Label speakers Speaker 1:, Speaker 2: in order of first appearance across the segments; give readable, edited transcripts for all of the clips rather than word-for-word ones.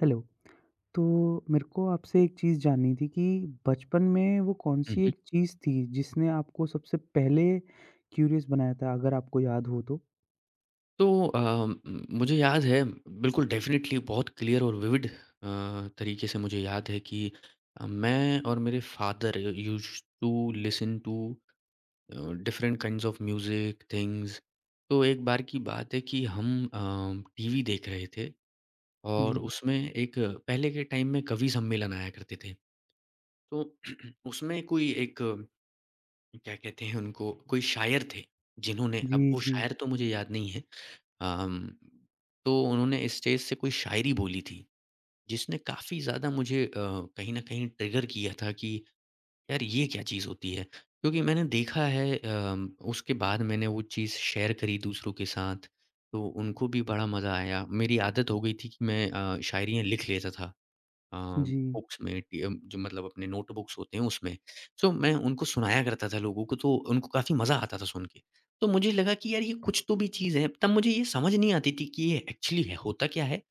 Speaker 1: Hello. तो मेरे को आपसे एक चीज़ जाननी थी कि बचपन में वो
Speaker 2: हुँ,
Speaker 1: कौन-सी
Speaker 2: हुँ।
Speaker 1: एक चीज़ थी जिसने आपको सबसे पहले क्यूरियस बनाया था? अगर आपको याद हो तो?
Speaker 2: तो म मुझे याद है बिल्कुल डेफ़िनेटली बहुत क्लियर और विविड तरीके से मुझे याद है कि मैं और मेरे father used to listen to different kinds of music, things. तो एक बार की बात है कि हम टीवी देख रहे थे और
Speaker 1: जी।
Speaker 2: उसमें एक पहले के टाइम में कवि सम्मेलन आया करते थे। तो उसमें कोई एक क्या कहते हैं उनको, कोई शायर थे, जिन्होंने
Speaker 1: जी,
Speaker 2: अब वो
Speaker 1: जी।
Speaker 2: शायर तो मुझे याद नहीं है। अम, तो उन्होंने स्टेज से कोई शायरी बोली थी, जिसने काफ़ी ज़्यादा मुझे कहीं न कहीं ट्रिगर किया था कि यार ये क्या चीज़ होती है? क्योंकि मैंने देखा है उसके बाद मैंने वो चीज़ शेयर करी दूसरों के साथ, तो उनको भी बड़ा मज़ा आया। मेरी आदत हो गई थी कि मैं शायरियाँ लिख लेता था। अ,
Speaker 1: जी।
Speaker 2: बुक्स में जो मतलब अपने नोटबुक्स होते हैं उसमें। सो मैं उनको सुनाया करता था लोगों को तो उनको काफ़ी मज़ा आता था सुन के। तो मुझे लगा कि यार ये कुछ तो भी चीज़ है, तब मुझे ये समझ नहीं आती थी कि ये एक्चुअली है होता क्या है?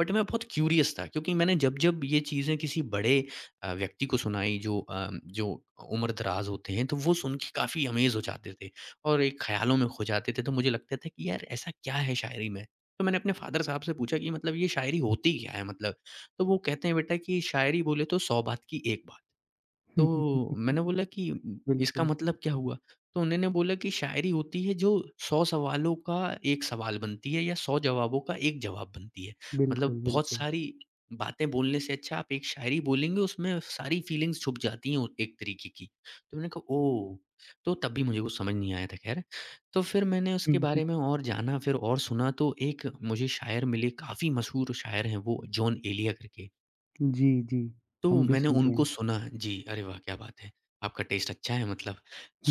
Speaker 2: बट मैं बहुत क्यूरियस था क्योंकि मैंने जब-जब ये चीज़ें किसी बड़े व्यक्ति को सुनाई जो उम्र-दराज़ होते हैं तो वो सुन के काफ़ी अमेज़ हो जाते थे और एक ख़्यालों में खो जाते थे। तो मुझे लगता था कि यार ऐसा क्या है शायरी में? तो मैंने अपने फ़ादर साहब से पूछा कि मतलब ये शायरी होती क्या है मतलब? तो वो कहते हैं बेटा कि शायरी बोले तो 100 बात की एक बात। तो मैंने बोला कि इसका
Speaker 1: बिल्कुल,
Speaker 2: मतलब क्या हुआ? तो उन्होंने बोला कि शायरी होती है जो 100 सवालों का एक सवाल बनती है या 100 जवाबों का एक जवाब बनती है।
Speaker 1: बिल्कुल,
Speaker 2: मतलब बहुत
Speaker 1: बिल्कुल।
Speaker 2: सारी बातें बोलने से अच्छा आप एक शायरी बोलेंगे उसमें सारी फीलिंग्स छुप जाती हैं एक तरीके की। तो मैंने कहा ओह! तो तब भी मुझे कुछ समझ नहीं आया था ख़ैर। तो फिर मैंने उसके बारे में और जाना फिर और सुना तो एक मुझे शायर मिले काफ़ी मशहूर शायर हैं वो जॉन एलिया करके।
Speaker 1: जी, जी।
Speaker 2: तो
Speaker 1: हम भी
Speaker 2: मैंने
Speaker 1: सुनते
Speaker 2: उनको
Speaker 1: हैं।
Speaker 2: सुना, जी, अरे वाह! क्या बात है, आपका टेस्ट अच्छा है मतलब।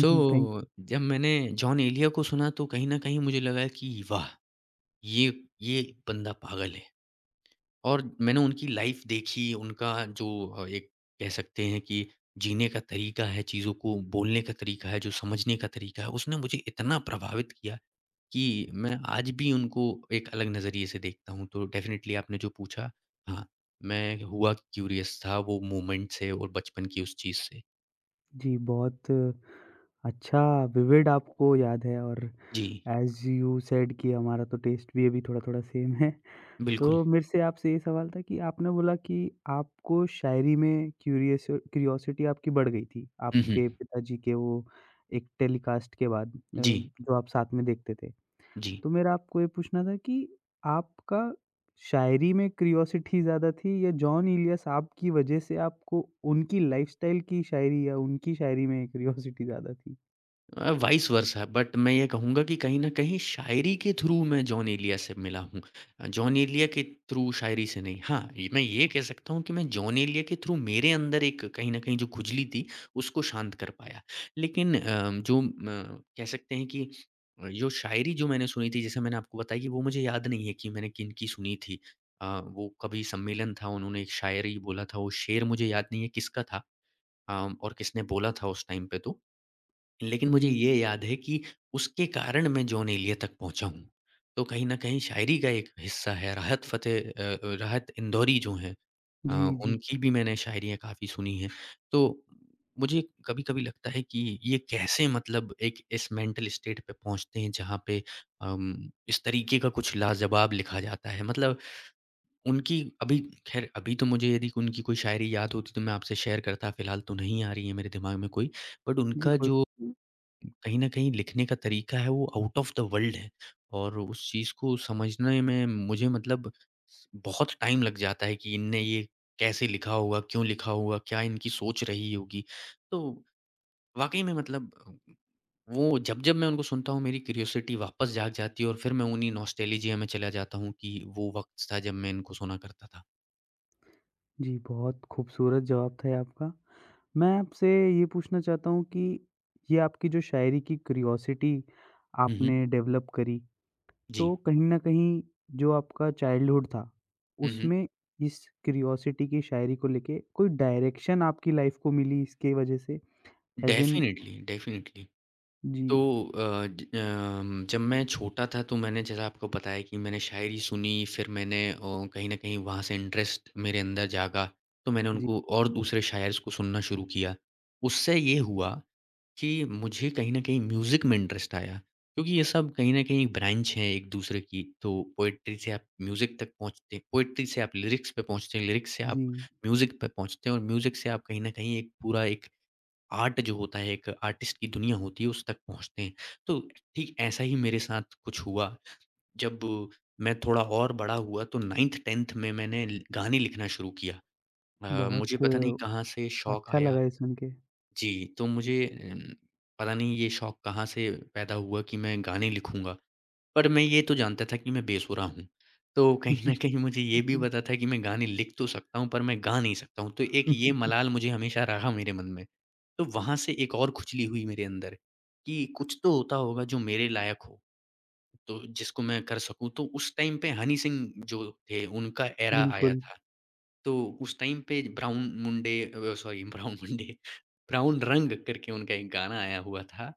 Speaker 2: सो
Speaker 1: थैंक
Speaker 2: जब मैंने जॉन एलिया को सुना तो कहीं न कहीं मुझे लगा कि वाह! ये ये बंदा पागल है। और मैंने उनकी लाइफ़ देखी, उनका जो एक कह सकते हैं कि जीने का तरीका है, चीज़ों को बोलने का तरीका है, जो समझने का तरीका है, उसने मुझे इतना प्रभावित किया कि मैं आज भी उनको एक अलग नज़रिए से देखता हूँ। तो डेफ़िनेटली आपने जो पूछा, हाँ, मैं हुआ क्यूरियस था वो मोमेंट से और बचपन की उस चीज़ से।
Speaker 1: जी, बहुत अच्छा विविड आपको याद है और
Speaker 2: जी,
Speaker 1: ऐज़ यू सेड कि हमारा तो टेस्ट भी अभी थोड़ा-थोड़ा सेम है। तो
Speaker 2: बिल्कुल।
Speaker 1: मेरे से आपसे ये सवाल था कि आपने बोला कि आपको शायरी में क्यूरियस क्यूरियोसिटी आपकी बढ़ गई थी,
Speaker 2: हुँ, हुँ।
Speaker 1: आपके पिताजी के वो एक टेलीकास्ट के बाद
Speaker 2: जी,
Speaker 1: जो आप साथ में देखते थे।
Speaker 2: जी।
Speaker 1: तो मेरा आपको ये पूछना था कि आपका शायरी में क्यूरियोसिटी ज़्यादा थी या जॉन इलियस आपकी वजह से आपको उनकी लाइफ़स्टाइल की शायरी या उनकी शायरी में क्यूरियोसिटी ज़्यादा थी?
Speaker 2: वाइस वर्सा बट मैं ये कहूँगा कि कहीं न कहीं शायरी के थ्रू मैं जॉन एलिया से मिला हूँ। जॉन एलिया के थ्रू शायरी से नहीं। हाँ, ये मैं ये कह सकता हूँ कि मैं जॉन एलिया के थ्रू मेरे अंदर एक कहीं न कहीं जो खुजली थी, उसको शांत कर पाया। लेकिन जो म कह सकते हैं कि जो शायरी जो मैंने सुनी थी, जैसे मैंने आपको बताई कि वो मुझे याद नहीं है कि मैंने किनकी सुनी थी। वो कभी सम्मेलन था, उन्होंने एक शायरी बोला था, वो शेर मुझे याद नहीं है किसका था अ, और किसने बोला था उस टाइम पे तो। लेकिन
Speaker 1: जी।
Speaker 2: मुझे ये याद है कि उसके कारण मैं जॉन एलिया तक पहुँचा हूँ। तो कहीं न कहीं शायरी का एक हिस्सा है, राहत इंदौरी जो हैं अ,
Speaker 1: जी, जी।
Speaker 2: उनकी भी मैंने शायरियाँ काफ़ी सुनी हैं। तो मुझे कभी-कभी लगता है कि ये कैसे मतलब एक इस मेंटल स्टेट पे पहुँचते हैं जहाँ पे अम, इस तरीके का कुछ लाजवाब लिखा जाता है। मतलब उनकी अभी ख़ैर अभी तो मुझे यदि उनकी कोई शायरी याद होती तो मैं आपसे शेयर करता, फ़िलहाल तो नहीं आ रही है मेरे दिमाग में कोई। बट
Speaker 1: जी,
Speaker 2: उनका
Speaker 1: कोई
Speaker 2: जो कहीं न कहीं लिखने का तरीका है वो आउट ऑफ द वर्ल्ड है और उस चीज़ को समझने में मुझे मतलब स बहुत टाइम लग जाता है कि इनने ये कैसे लिखा होगा? क्यों लिखा होगा? क्या इनकी सोच रही होगी? तो वाक़ई में मतलब वो जब-जब मैं उनको सुनता हूँ मेरी क्यूरियोसिटी वापस जाग जाती है और फिर मैं उन्हीं नॉस्टैल्जिया में चला जाता हूँ कि वो वक़्त था जब मैं इनको सुना करता था।
Speaker 1: जी, बहुत खूबसूरत जवाब था ये आपका। मैं आपसे ये पूछना चाहता हूँ कि ये आपकी जो शायरी की क्यूरियोसिटी
Speaker 2: हुँ, हुँ।
Speaker 1: आपने डेवलप करी,
Speaker 2: जी।
Speaker 1: तो कहीं न कहीं जो आपका चाइल्डहुड था,
Speaker 2: हुँ, हुँ।
Speaker 1: उसमें इस क्यूरियोसिटी की शायरी को लेके कोई डायरेक्शन आपकी लाइफ़ को मिली इसकी वजह से? As in
Speaker 2: definitely, definitely.
Speaker 1: जी,
Speaker 2: तो जब मैं छोटा था तो मैंने जैसा आपको बताया कि मैंने शायरी सुनी फिर मैंने कहीं न कहीं वहाँ से इंटरेस्ट मेरे अंदर जागा, तो मैंने
Speaker 1: जी,
Speaker 2: उनको और दूसरे शायर्स को सुनना शुरू किया। उससे ये हुआ कि मुझे कहीं न कहीं म्यूज़िक में इंटरेस्ट आया क्योंकि ये सब कहीं न कहीं ब्रांच हैं एक-दूसरे की, तो पोएट्री से आप म्यूज़िक तक पहुँचते हैं, पोएट्री से आप लिरिक्स पे पहुँचते हैं, लिरिक्स से आप
Speaker 1: जी।
Speaker 2: म्यूज़िक पे पहुँचते हैं और म्यूज़िक से आप कहीं न कहीं एक पूरा एक आर्ट जो होता है एक आर्टिस्ट की दुनिया होती है उस तक पहुँचते हैं। तो ठीक ऐसा ही मेरे साथ कुछ हुआ। जब मैं थोड़ा और बड़ा हुआ तो 9th-10th में मैंने ल गाने लिखना शुरू किया। मुझे
Speaker 1: बहुत
Speaker 2: पता नहीं कहाँ से शौक
Speaker 1: अच्छा
Speaker 2: आया
Speaker 1: लगा ये सुन के।
Speaker 2: जी, तो मुझे अम, पता नहीं ये शौक कहाँ से पैदा हुआ कि मैं गाने लिखूँगा। पर मैं ये तो जानता था कि मैं बेसुरा हूँ। तो कहीं न कहीं मुझे ये भी पता था कि मैं गाने लिख तो सकता हूँ पर मैं गा नहीं सकता हूँ। तो एक ये मलाल मुझे हमेशा रहा मेरे मन में। तो वहाँ से एक और खुजली हुई मेरे अंदर कि कुछ तो होता होगा जो मेरे लायक हो, तो जिसको मैं कर सकूँ। तो उस टाइम पे हनी सिंह जो थे उनका एरा आया
Speaker 1: बिल्कुल।
Speaker 2: था। तो उस टाइम पे ब्राउन मुंडे अ, सॉरी ब्राउन मुंडे ब्राउन रंग करके उनका एक गाना आया हुआ था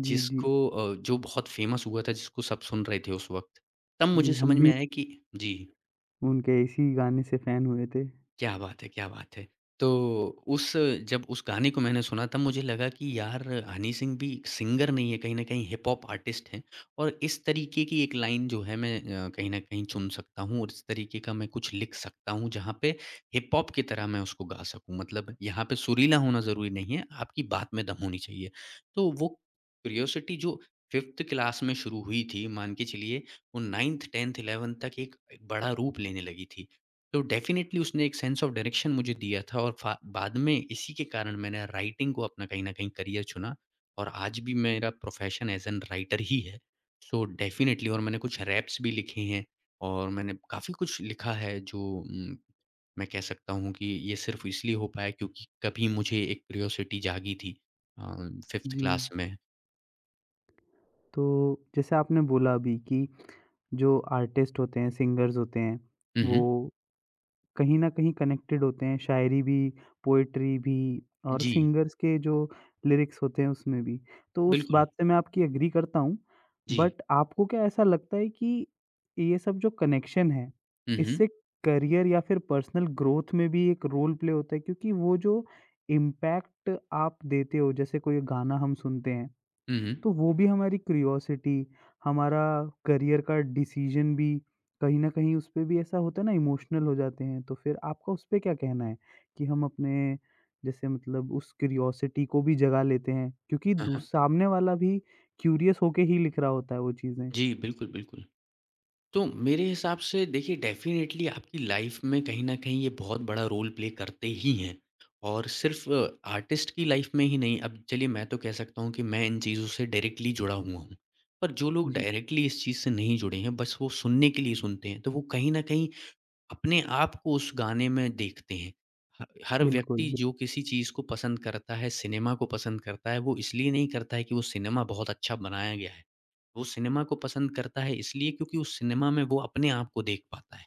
Speaker 1: जी, जी,
Speaker 2: जिसको जो बहुत फ़ेमस हुआ था जिसको सब सुन रहे थे उस वक़्त। तब
Speaker 1: जी,
Speaker 2: मुझे
Speaker 1: हम
Speaker 2: समझ
Speaker 1: भी
Speaker 2: में आया कि जी।
Speaker 1: उनके इसी गाने से फ़ैन हुए थे।
Speaker 2: क्या बात है! क्या बात है! तो उस जब उस गाने को मैंने सुना तब मुझे लगा कि यार हनी सिंह भी सिंगर नहीं है, कहीं न कहीं हिप हॉप आर्टिस्ट हैं और इस तरीके की एक लाइन जो है मैं कहीं न कहीं चुन सकता हूँ और इस तरीके का मैं कुछ लिख सकता हूँ जहाँ पे हिप हॉप की तरह मैं उसको गा सकूँ। मतलब यहाँ पे सुरीला होना ज़रूरी नहीं है, आपकी बात में दम होनी चाहिए। तो वो क्यूरियोसिटी जो 5th क्लास में शुरू हुई थी, मान के चलिए वो 9th 10th 11th तक एक एक बड़ा रूप लेने लगी थी। तो डेफ़िनेटली उसने एक सेंस ऑफ डायरेक्शन मुझे दिया था और फा बाद में इसी के कारण मैंने राइटिंग को अपना कहीं न कहीं करियर चुना और आज भी मेरा प्रोफ़ेशन एज़ एन राइटर ही है। सो डेफ़िनेटली और मैंने कुछ रैप्स भी लिखे हैं और मैंने काफ़ी कुछ लिखा है जो मैं कह सकता हूँ कि ये सिर्फ़ इसलिए हो पाया क्योंकि कभी मुझे एक क्यूरियोसिटी जागी थी अ, 5th
Speaker 1: जी,
Speaker 2: क्लास में।
Speaker 1: तो जैसे आपने बोला अभी कि जो आर्टिस्ट होते हैं, सिंगर्स होते हैं,
Speaker 2: हुँ, हुँ।
Speaker 1: वो कहीं न कहीं कनेक्टेड होते हैं, शायरी भी, पोएट्री भी और
Speaker 2: जी,
Speaker 1: सिंगर्स के जो लिरिक्स होते हैं उसमें भी। तो उस
Speaker 2: बिल्कुल।
Speaker 1: बात से मैं आपकी एग्री करता हूँ,
Speaker 2: जी।
Speaker 1: बट आपको क्या ऐसा लगता है कि ये सब जो कनेक्शन है,
Speaker 2: हुँ, हुँ।
Speaker 1: इससे करियर या फिर पर्सनल ग्रोथ में भी एक रोल प्ले होता है? क्योंकि वो जो इम्पैक्ट आप देते हो, जैसे कोई गाना हम सुनते हैं
Speaker 2: हुँ, हुँ।
Speaker 1: तो वो भी हमारी क्यूरियोसिटी, हमारा करियर का डिसीजन भी कहीं न कहीं उसपे भी ऐसा होता है ना इमोशनल हो जाते हैं। तो फिर आपका उसपे क्या कहना है कि हम अपने जैसे मतलब उस क्यूरियोसिटी को भी जगा लेते हैं? क्योंकि
Speaker 2: हाँ,
Speaker 1: दू
Speaker 2: हाँ।
Speaker 1: सामने वाला भी क्यूरियस होके ही लिख रहा होता है वो चीज़ें।
Speaker 2: जी, बिल्कुल, बिल्कुल। तो मेरे हिसाब से देखिए डेफ़िनेटली आपकी लाइफ़ में कहीं न कहीं ये बहुत बड़ा रोल प्ले करते ही हैं। और सिर्फ़ आर्टिस्ट की लाइफ़ में ही नहीं, अब चलिए मैं तो कह सकता हूँ कि मैं इन चीज़ों से डायरेक्टली जुड़ा हुआ हूँ। पर जो लोग
Speaker 1: जी,
Speaker 2: डायरेक्टली इस चीज़ से नहीं जुड़े हैं, बस वो सुनने के लिए सुनते हैं, तो वो कहीं न कहीं अपने आप को उस गाने में देखते हैं। ह हर
Speaker 1: बिल्कुल।
Speaker 2: व्यक्ति जो किसी चीज़ को पसंद करता है, सिनेमा को पसंद करता है, वो इसलिए नहीं करता है कि वो सिनेमा बहुत अच्छा बनाया गया है। वो सिनेमा को पसंद करता है इसलिए क्योंकि उस सिनेमा में वो अपने आप को देख पाता है।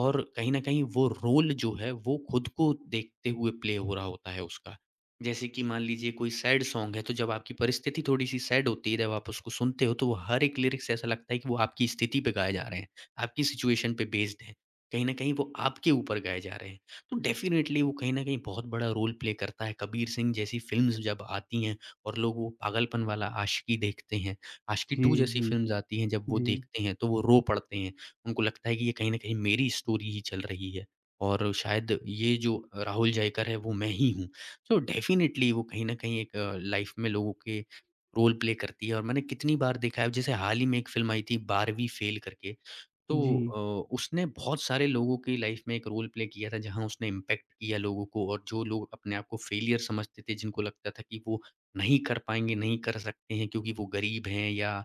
Speaker 2: और कहीं न कहीं वो रोल जो है वो खुद को देखते हुए प्ले हो रहा होता है उसका। जैसे कि मान लीजिए कोई सैड सॉन्ग है तो जब आपकी परिस्थिति थोड़ी-सी सैड होती है जब आप उसको सुनते हो तो वो हर एक लिरिक्स ऐसा लगता है कि वो आपकी स्थिति पे गाए जा रहे हैं, आपकी सिचुएशन पे बेस्ड हैं। कहीं न कहीं वो आपके ऊपर गाए जा रहे हैं। तो डेफ़िनेटली वो कहीं न कहीं बहुत बड़ा रोल प्ले करता है। कबीर सिंह जैसी फ़िल्म्स जब आती हैं और लोग वो पागलपन वाला आशिकी देखते हैं, आशिकी
Speaker 1: जी,
Speaker 2: 2 जैसी
Speaker 1: जी,
Speaker 2: फ़िल्म्स आती हैं जब वो
Speaker 1: जी,
Speaker 2: देखते हैं तो वो रो पड़ते हैं। उनको लगता है कि ये कहीं न कहीं मेरी स्टोरी ही चल रही है और शायद ये जो राहुल जयकर है वो मैं ही हूँ। सो डेफ़िनेटली वो कहीं न कहीं एक लाइफ़ में लोगों के रोल प्ले करती है और मैंने कितनी बार देखा है, जैसे हाल ही में एक फ़िल्म आई थी 12वीं फ़ेल करके। तो
Speaker 1: जी,
Speaker 2: उसने बहुत सारे लोगों की लाइफ़ में एक रोल प्ले किया था, जहाँ उसने इम्पैक्ट किया लोगों को। और जो लोग अपने आप को फेलियर समझते थे, जिनको लगता था कि वो नहीं कर पाएँगे, नहीं कर सकते हैं, क्योंकि वो गरीब हैं या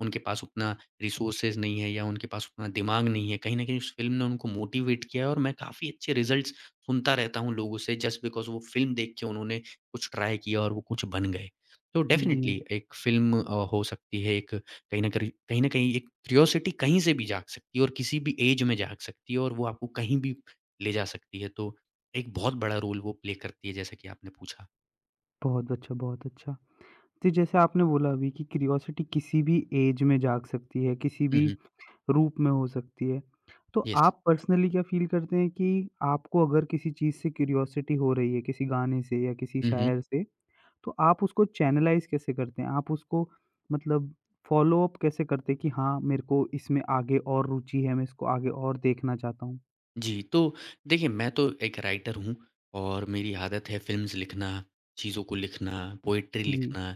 Speaker 2: उनके पास उतना रिसोर्सेज़ नहीं है या उनके पास उतना दिमाग नहीं है। कहीं न कहीं उस फ़िल्म ने उनको मोटिवेट किया है, और मैं काफ़ी अच्छे रिज़ल्ट्स सुनता रहता हूँ लोगों से जस्ट बिकॉज़ वो फ़िल्म देख के उन्होंने कुछ ट्राई किया और वो कुछ बन गए। तो
Speaker 1: जी।
Speaker 2: डेफ़िनिटली एक फ़िल्म हो सकती है एक कहीं न कहीं एक क्यूरियोसिटी कहीं से भी जाग सकती है, और किसी भी ऐज में जाग सकती है, और वो आपको कहीं भी ले जा सकती है। तो एक बहुत बड़ा रोल वो प्ले करती है, जैसा कि आपने पूछा।
Speaker 1: बहुत अच्छा, बहुत अच्छा। तो जैसे आपने बोला अभी कि क्यूरियोसिटी किसी भी एज में जाग सकती है, किसी
Speaker 2: हुँ,
Speaker 1: भी
Speaker 2: हुँ।
Speaker 1: रूप में हो सकती है। तो
Speaker 2: येस।
Speaker 1: आप पर्सनली क्या फ़ील करते हैं कि आपको अगर किसी चीज़ से क्यूरियोसिटी हो रही है, किसी गाने से या किसी
Speaker 2: हुँ, हुँ।
Speaker 1: शायर से, तो आप उसको चैनलाइज़ कैसे करते हैं? आप उसको मतलब फ़ॉलो अप कैसे करते हैं कि हाँ, मेरे को इसमें आगे और रुचि है, मैं इसको आगे और देखना चाहता हूँ?
Speaker 2: जी, तो देखिए, मैं तो एक राइटर हूँ और मेरी आदत है फ़िल्म्स लिखना, चीज़ों को लिखना, पोएट्री
Speaker 1: जी।
Speaker 2: लिखना।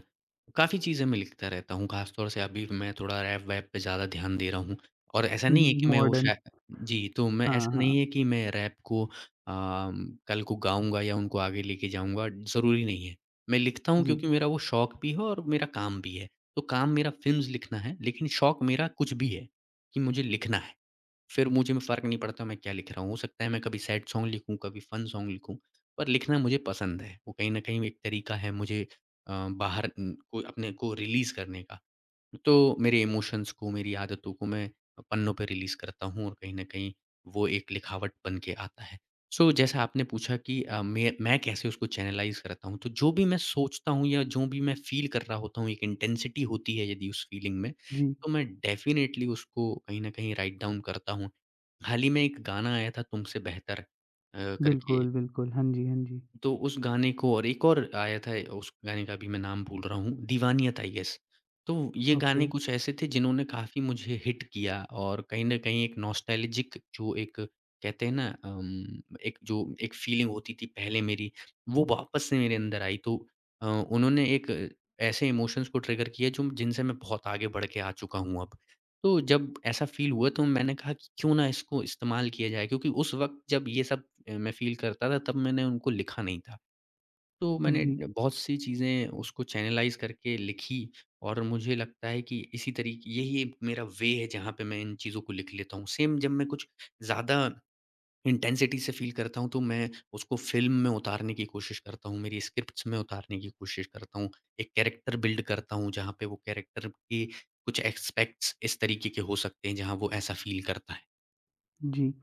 Speaker 2: काफ़ी चीज़ें मैं लिखता रहता हूँ। ख़ास तौर से अभी मैं थोड़ा रैप-वैप पे ज़्यादा ध्यान दे रहा हूँ। और ऐसा
Speaker 1: हुँ,
Speaker 2: नहीं है
Speaker 1: हुँ,
Speaker 2: कि मैं वो
Speaker 1: मॉडर्न।
Speaker 2: शाय, जी, तो मैं,
Speaker 1: हाँ,
Speaker 2: ऐसा
Speaker 1: हाँ।
Speaker 2: नहीं है कि मैं रैप को कल को गाऊँगा या उनको आगे लेके जाऊँगा, ज़रूरी नहीं है। मैं लिखता हूँ
Speaker 1: जी,
Speaker 2: क्योंकि मेरा वो शौक भी है और मेरा काम भी है। तो काम मेरा फ़िल्म्स लिखना है, लेकिन शौक मेरा कुछ भी है, कि मुझे लिखना है। फिर मुझे में फ़र्क नहीं पड़ता मैं क्या लिख रहा हूँ। हो सकता है मैं कभी सैड सॉन्ग लिखूँ, कभी फन सॉन्ग लिखूँ, पर लिखना मुझे पसंद है। वो कहीं न कहीं एक तरीका है मुझे बाहर को अपने को रिलीज़ करने का। तो मेरे इमोशंस को, मेरी आदतों को मैं पन्नों पे रिलीज़ करता हूँ, और कहीं न कहीं वो एक लिखावट बन के आता है। सो जैसा आपने पूछा कि मैं कैसे उसको चैनलाइज़ करता हूँ, तो जो भी मैं सोचता हूँ या जो भी मैं फ़ील कर रहा होता हूँ, एक इंटेंसिटी होती है यदि उस फ़ीलिंग में,
Speaker 1: जी।
Speaker 2: तो मैं डेफ़िनेटली उसको कहीं न कहीं राइट डाउन करता हूँ। हाल ही में एक गाना आया था, तुमसे बेहतर करके।
Speaker 1: बिल्कुल, बिल्कुल। हाँ जी, हाँ जी।
Speaker 2: तो उस गाने को, और एक और आया था, उस गाने का भी मैं नाम भूल रहा हूँ, दीवानियत आई गेस। तो ये
Speaker 1: ओके।
Speaker 2: गाने कुछ ऐसे थे जिन्होंने काफ़ी मुझे हिट किया, और कहीं न कहीं एक नॉस्टैल्जिक जो, एक कहते हैं ना एक जो एक फ़ीलिंग होती थी पहले मेरी, वो वापस से मेरे अंदर आई। तो उन्होंने एक ऐसे इमोशंस को ट्रिगर किया जो, जिनसे मैं बहुत आगे बढ़ के आ चुका हूँ अब। तो जब ऐसा फ़ील हुआ तो मैंने कहा कि क्यों ना इसको इस्तेमाल किया जाए, क्योंकि उस वक़्त जब ये सब मैं फ़ील करता था, तब मैंने उनको लिखा नहीं था। तो मैंने
Speaker 1: जी,
Speaker 2: बहुत सी चीज़ें उसको चैनलाइज़ करके लिखी। और मुझे लगता है कि इसी तरीके, यही एक मेरा वे है जहाँ पे मैं इन चीज़ों को लिख लेता हूँ। सेम जब मैं कुछ ज़्यादा इंटेंसिटी से फ़ील करता हूँ तो मैं उसको फ़िल्म में उतारने की कोशिश करता हूँ, मेरी स्क्रिप्ट्स में उतारने की कोशिश करता हूँ। एक कैरेक्टर बिल्ड करता हूँ जहाँ पे वो कैरेक्टर के कुछ एस्पेक्ट्स इस तरीके के हो सकते हैं जहाँ वो ऐसा फ़ील करता है।
Speaker 1: जी।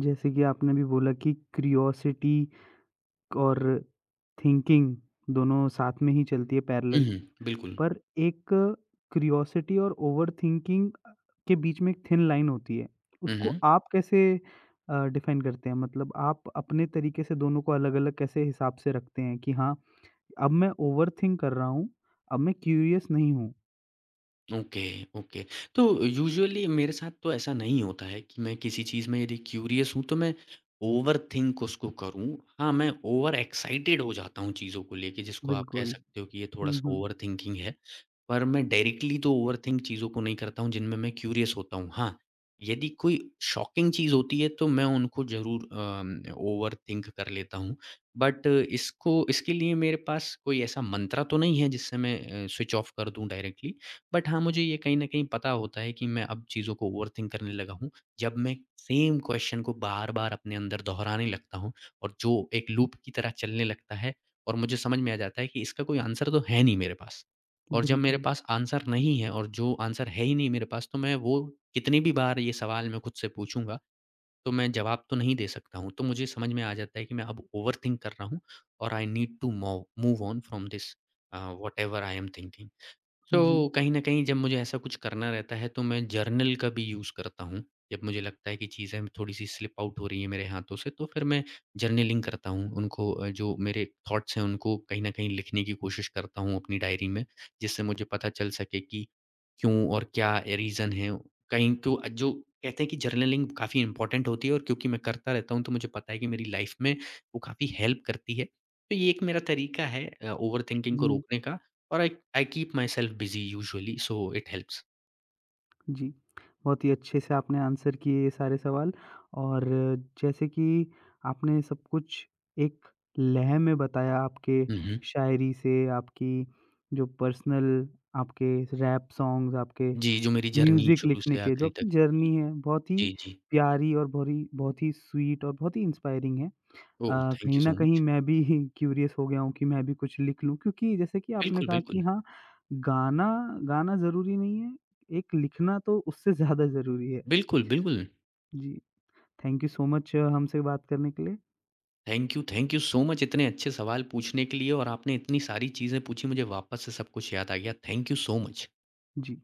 Speaker 1: जैसे कि आपने भी बोला कि क्यूरियोसिटी और थिंकिंग दोनों साथ में ही चलती है
Speaker 2: हुँ,
Speaker 1: पैरेलल
Speaker 2: हुँ। बिल्कुल।
Speaker 1: पर एक क्यूरियोसिटी और ओवरथिंकिंग के बीच में एक थिन लाइन होती है।
Speaker 2: हुँ,
Speaker 1: उसको
Speaker 2: हुँ।
Speaker 1: आप कैसे डिफाइन करते हैं? मतलब आप अपने तरीके से दोनों को अलग-अलग कैसे हिसाब से रखते हैं कि हाँ, अब मैं ओवरथिंक कर रहा हूँ, अब मैं क्यूरियस नहीं हूँ?
Speaker 2: Okay, okay. तो यूजुअली मेरे साथ तो ऐसा नहीं होता है कि मैं किसी चीज़ में यदि क्यूरियस हूँ तो मैं ओवरथिंक उसको करूँ। हाँ, मैं ओवर एक्साइटेड हो जाता हूँ चीज़ों को लेके, जिसको आप कह
Speaker 1: बिल्कुल।
Speaker 2: सकते हो कि ये
Speaker 1: हुँ,
Speaker 2: थोड़ा-सा
Speaker 1: हुँ।
Speaker 2: ओवरथिंकिंग है। पर मैं डायरेक्टली तो ओवरथिंक चीज़ों को नहीं करता हूँ जिनमें मैं क्यूरियस होता हूँ। हाँ, यदि कोई शॉकिंग चीज़ होती है तो मैं उनको ज़रूर ओवरथिंक कर लेता हूँ। बट इसको इसके लिए मेरे पास कोई ऐसा मंत्रा तो नहीं है जिससे मैं स्विच ऑफ कर दूँ डायरेक्टली। बट हाँ, मुझे ये कहीं न कहीं पता होता है कि मैं अब चीज़ों को ओवरथिंक करने लगा हूँ। जब मैं सेम क्वेश्चन को बार-बार अपने अंदर दोहराने लगता हूँ, और जो एक लूप की तरह चलने लगता है, और मुझे समझ में आ जाता है कि इसका कोई आंसर तो है नहीं मेरे पास। और जब मेरे
Speaker 1: बिल्कुल।
Speaker 2: पास आंसर नहीं है, और जो आंसर है ही नहीं मेरे पास, तो मैं वो कितनी भी बार ये सवाल मैं खुद से पूछूँगा, तो मैं जवाब तो नहीं दे सकता हूँ। तो मुझे समझ में आ जाता है कि मैं अब ओवरथिंक कर रहा हूँ, और I need to move move on from this whatever I am thinking. So
Speaker 1: जी,
Speaker 2: कहीं न कहीं जब मुझे ऐसा कुछ करना रहता है तो मैं जर्नल का भी यूज़ करता हूँ। जब मुझे लगता है कि चीज़ें थोड़ी-सी स्लिप आउट हो रही हैं मेरे हाथों से, तो फिर मैं जर्नलिंग करता हूँ। जो मेरे थॉट्स हैं उनको कहीं न कहीं लिखने की कोशिश करता हूँ अपनी डायरी में, जिससे मुझे पता चल सके कि क्यों और क्या रीज़न है। कहीं तो जो कहते हैं कि जर्नलिंग काफ़ी इम्पोर्टेंट होती है, और क्योंकि मैं करता रहता हूँ तो मुझे पता है कि मेरी लाइफ़ में वो काफ़ी हेल्प करती है। तो ये एक मेरा तरीका है ओवरथिंकिंग को
Speaker 1: जी।
Speaker 2: रोकने का। और I I keep my self busy usually so it helps.
Speaker 1: जी, बहुत ही अच्छे से आपने आंसर किए ये सारे सवाल और जैसे कि आपने सब कुछ एक लय में बताया आपके
Speaker 2: हुँ, हुँ।
Speaker 1: शायरी से, आपकी जो पर्सनल आपके रैप सॉन्ग्स, आपके
Speaker 2: जी, जो मेरी जर्नी
Speaker 1: म्यूज़िक
Speaker 2: शुरू
Speaker 1: लिखने
Speaker 2: से
Speaker 1: के जो
Speaker 2: आखिरी तक।
Speaker 1: आपकी
Speaker 2: जी,
Speaker 1: जर्नी है, बहुत ही
Speaker 2: जी, जी।
Speaker 1: प्यारी और बहुत ही स्वीट और बहुत ही इंस्पायरिंग है। अ,
Speaker 2: ओह! थैंक
Speaker 1: कहीं
Speaker 2: यू
Speaker 1: न
Speaker 2: सो
Speaker 1: कहीं
Speaker 2: मच।
Speaker 1: मैं भी क्यूरियस हो गया हूँ कि मैं भी कुछ लिख लूँ क्योंकि जैसे कि आपने
Speaker 2: बिल्कुल,
Speaker 1: कहा कि
Speaker 2: बिल्कुल।
Speaker 1: हाँ, गाना गाना ज़रूरी नहीं है, एक लिखना तो उससे ज़्यादा ज़रूरी है।
Speaker 2: बिल्कुल, बिल्कुल।
Speaker 1: जी, थैंक यू सो मच हमसे बात करने के लिए।
Speaker 2: थैंक यू सो मच इतने अच्छे सवाल पूछने के लिए, और आपने इतनी सारी चीज़ें पूछी, मुझे वापस से सब कुछ याद आ गया। Thank you so much.
Speaker 1: Ji.